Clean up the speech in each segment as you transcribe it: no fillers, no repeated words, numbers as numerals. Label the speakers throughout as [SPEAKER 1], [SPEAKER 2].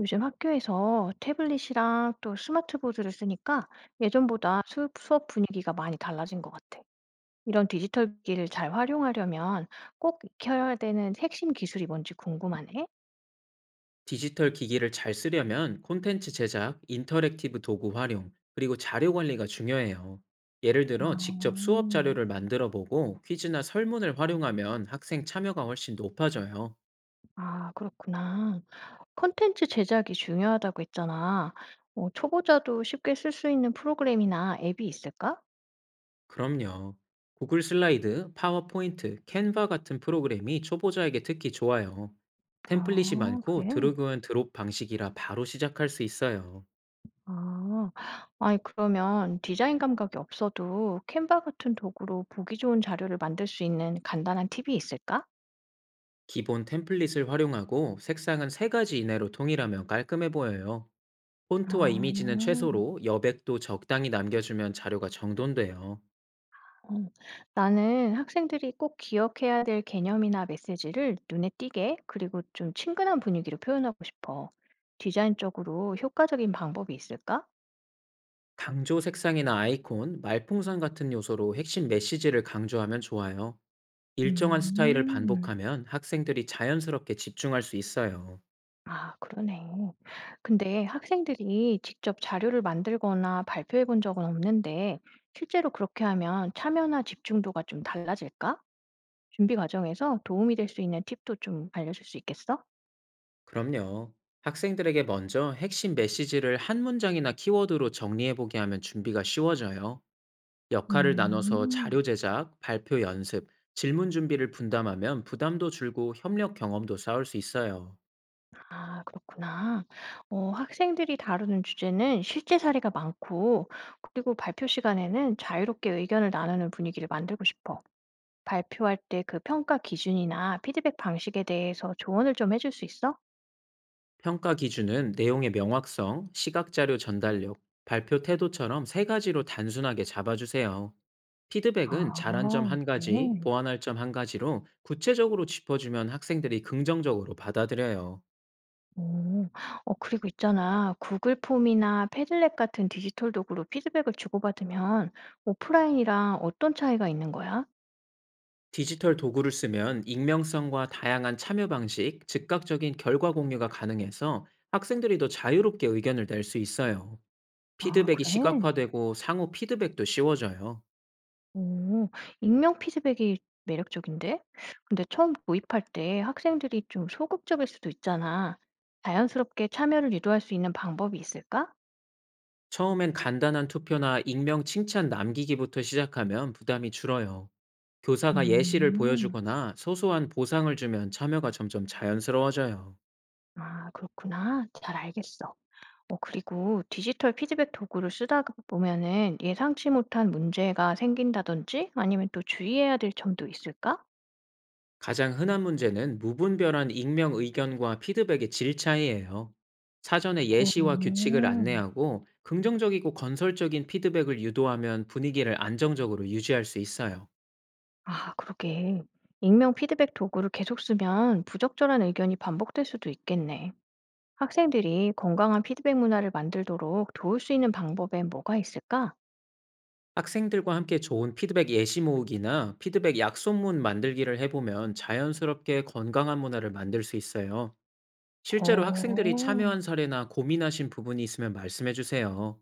[SPEAKER 1] 요즘 학교에서 태블릿이랑 또 스마트보드를 쓰니까 예전보다 수업 분위기가 많이 달라진 것 같아. 이런 디지털 기기를 잘 활용하려면 꼭 익혀야 되는 핵심 기술이 뭔지 궁금하네.
[SPEAKER 2] 디지털 기기를 잘 쓰려면 콘텐츠 제작, 인터랙티브 도구 활용, 그리고 자료 관리가 중요해요. 예를
[SPEAKER 1] 아,
[SPEAKER 2] 들어 직접 수업 자료를 만들어 보고 퀴즈나 설문을 활용하면 학생 참여가 훨씬 높아져요.
[SPEAKER 1] 아, 그렇구나. 콘텐츠 제작이 중요하다고 했잖아. 초보자도 쉽게 쓸 수 있는 프로그램이나 앱이 있을까?
[SPEAKER 2] 그럼요. 구글 슬라이드, 파워포인트, 캔 v 같은 프로그램이 초보자에게 특히 좋아요. 템플릿이
[SPEAKER 1] 아,
[SPEAKER 2] 많고
[SPEAKER 1] 그래.
[SPEAKER 2] 드래그 앤 드롭 방식이라 바로 시작할 수 있어요.
[SPEAKER 1] 아. 아니 그러면 디자인 감각이 없어도 캔바 같은 도구로 보기 좋은 자료를 만들 수 있는 간단한 팁이 있을까?
[SPEAKER 2] 기본 템플릿을 활용하고 색상은 3가지 이내로 통일하면 깔끔해 보여요. 폰트와 이미지는
[SPEAKER 1] 어.
[SPEAKER 2] 최소로 여백도 적당히 남겨주면 자료가 정돈돼요.
[SPEAKER 1] 어. 나는 학생들이 꼭 기억해야 될 개념이나 메시지를 눈에 띄게 그리고 좀 친근한 분위기로 표현하고 싶어. 디자인적으로 효과적인 방법이 있을까?
[SPEAKER 2] 강조 색상이나 아이콘, 말풍선 같은 요소로 핵심 메시지를 강조하면 좋아요. 일정한 스타일을
[SPEAKER 1] 음.
[SPEAKER 2] 반복하면 학생들이 자연스럽게 집중할 수 있어요.
[SPEAKER 1] 아 그러네. 근데 학생들이 직접 자료를 만들거나 발표해 본 적은 없는데 실제로 그렇게 하면 참여나 집중도가 좀 달라질까? 준비 과정에서 도움이 될 수 있는 팁도 좀 알려줄 수 있겠어?
[SPEAKER 2] 그럼요. 학생들에게 먼저 핵심 메시지를 한 문장이나 키워드로 정리해보게 하면 준비가 쉬워져요. 역할을 나눠서
[SPEAKER 1] 음.
[SPEAKER 2] 자료 제작, 발표 연습, 질문 준비를 분담하면 부담도 줄고 협력 경험도 쌓을 수 있어요.
[SPEAKER 1] 아 그렇구나. 어 학생들이 다루는 주제는 실제 사례가 많고 그리고 발표 시간에는 자유롭게 의견을 나누는 분위기를 만들고 싶어. 발표할 때 그 평가 기준이나 피드백 방식에 대해서 조언을 좀 해줄 수 있어?
[SPEAKER 2] 평가 기준은 내용의 명확성, 시각자료 전달력, 발표 태도처럼 세 가지로 단순하게 잡아주세요. 피드백은 잘한 점
[SPEAKER 1] 아
[SPEAKER 2] 1가지,
[SPEAKER 1] 그래?
[SPEAKER 2] 보완할 점 한 가지로 구체적으로 짚어주면 학생들이 긍정적으로 받아들여요.
[SPEAKER 1] 오 어 그리고 있잖아. 구글 폼이나 패들렛 같은 디지털 도구로 피드백을 주고받으면 오프라인이랑 어떤 차이가 있는 거야?
[SPEAKER 2] 디지털 도구를 쓰면 익명성과 다양한 참여 방식, 즉각적인 결과 공유가 가능해서 학생들이 더 자유롭게 의견을 낼 수 있어요.
[SPEAKER 1] 아
[SPEAKER 2] 피드백이
[SPEAKER 1] 그래?
[SPEAKER 2] 시각화되고 상호 피드백도 쉬워져요.
[SPEAKER 1] 오 익명 피드백이 매력적인데? 근데 처음 도입할 때 학생들이 좀 소극적일 수도 있잖아. 자연스럽게 참여를 유도할 수 있는 방법이 있을까?
[SPEAKER 2] 처음엔 간단한 투표나 익명 칭찬 남기기부터 시작하면 부담이 줄어요. 교사가 예시를
[SPEAKER 1] 음.
[SPEAKER 2] 보여주거나 소소한 보상을 주면 참여가 점점 자연스러워져요.
[SPEAKER 1] 아 그렇구나. 잘 알겠어. 어 그리고 디지털 피드백 도구를 쓰다가 보면은 예상치 못한 문제가 생긴다든지 아니면 또 주의해야 될 점도 있을까?
[SPEAKER 2] 가장 흔한 문제는 무분별한 익명 의견과 피드백의 질 차이예요. 사전에
[SPEAKER 1] 어.
[SPEAKER 2] 예시와 규칙을 안내하고 긍정적이고 건설적인 피드백을 유도하면 분위기를 안정적으로 유지할 수 있어요.
[SPEAKER 1] 아, 그러게. 익명 피드백 도구를 계속 쓰면 부적절한 의견이 반복될 수도 있겠네. 학생들이 건강한 피드백 문화를 만들도록 도울 수 있는 방법엔 뭐가 있을까?
[SPEAKER 2] 학생들과 함께 좋은 피드백 예시 모으기나 피드백 약속문 만들기를 해보면 자연스럽게 건강한 문화를 만들 수 있어요. 실제로 학생들이
[SPEAKER 1] 어.
[SPEAKER 2] 참여한 사례나 고민하신 부분이 있으면 말씀해 주세요.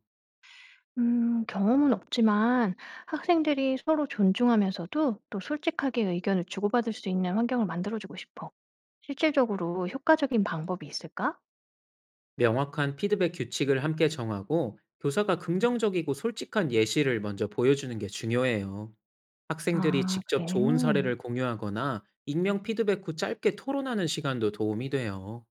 [SPEAKER 1] 경험은 없지만 학생들이 서로 존중하면서도 또 솔직하게 의견을 주고받을 수 있는 환경을 만들어주고 싶어. 실질적으로 효과적인 방법이 있을까?
[SPEAKER 2] 명확한 피드백 규칙을 함께 정하고 교사가 긍정적이고 솔직한 예시를 먼저 보여주는 게 중요해요. 학생들이
[SPEAKER 1] 아,
[SPEAKER 2] 직접
[SPEAKER 1] 그래.
[SPEAKER 2] 좋은 사례를 공유하거나 익명 피드백 후 짧게 토론하는 시간도 도움이 돼요.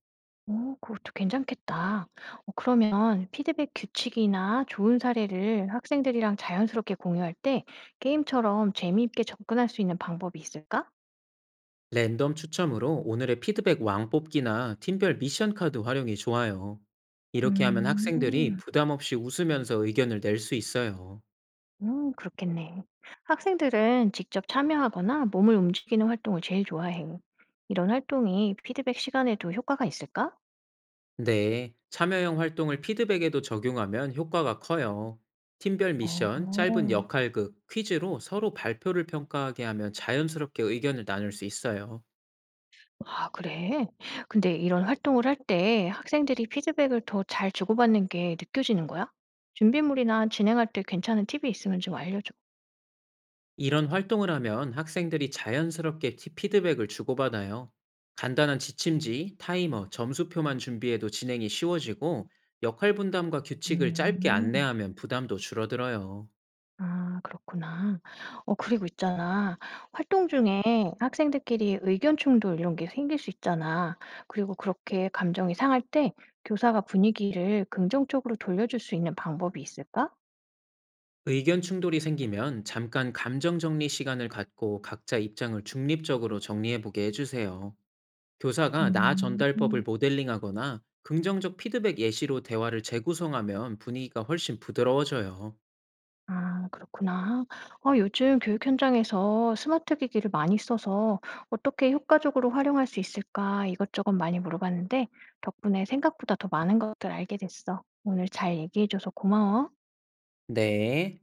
[SPEAKER 1] 오, 그것도 괜찮겠다. 어, 그러면 피드백 규칙이나 좋은 사례를 학생들이랑 자연스럽게 공유할 때 게임처럼 재미있게 접근할 수 있는 방법이 있을까?
[SPEAKER 2] 랜덤 추첨으로 오늘의 피드백 왕 뽑기나 팀별 미션 카드 활용이 좋아요. 이렇게 하면 학생들이
[SPEAKER 1] 음.
[SPEAKER 2] 부담 없이 웃으면서 의견을 낼 수 있어요.
[SPEAKER 1] 그렇겠네. 학생들은 직접 참여하거나 몸을 움직이는 활동을 제일 좋아해. 이런 활동이 피드백 시간에도 효과가 있을까?
[SPEAKER 2] 네, 참여형 활동을 피드백에도 적용하면 효과가 커요. 팀별 미션, 짧은
[SPEAKER 1] 어.
[SPEAKER 2] 역할극, 퀴즈로 서로 발표를 평가하게 하면 자연스럽게 의견을 나눌 수 있어요.
[SPEAKER 1] 아 그래? 근데 이런 활동을 할 때 학생들이 피드백을 더 잘 주고받는 게 느껴지는 거야? 준비물이나 진행할 때 괜찮은 팁이 있으면 좀 알려줘.
[SPEAKER 2] 이런 활동을 하면 학생들이 자연스럽게 피드백을 주고받아요. 간단한 지침지, 타이머, 점수표만 준비해도 진행이 쉬워지고 역할 분담과 규칙을 짧게
[SPEAKER 1] 음.
[SPEAKER 2] 안내하면 부담도 줄어들어요.
[SPEAKER 1] 아 그렇구나. 어 그리고 있잖아. 활동 중에 학생들끼리 의견 충돌 이런 게 생길 수 있잖아. 그리고 그렇게 감정이 상할 때 교사가 분위기를 긍정적으로 돌려줄 수 있는 방법이 있을까?
[SPEAKER 2] 의견 충돌이 생기면 잠깐 감정 정리 시간을 갖고 각자 입장을 중립적으로 정리해보게 해주세요. 교사가 나 전달법을
[SPEAKER 1] 음.
[SPEAKER 2] 모델링하거나 긍정적 피드백 예시로 대화를 재구성하면 분위기가 훨씬 부드러워져요.
[SPEAKER 1] 아 그렇구나. 어 요즘 교육 현장에서 스마트 기기를 많이 써서 어떻게 효과적으로 활용할 수 있을까 이것저것 많이 물어봤는데 덕분에 생각보다 더 많은 것들 알게 됐어. 오늘 잘 얘기해 줘서 고마워.
[SPEAKER 2] 네.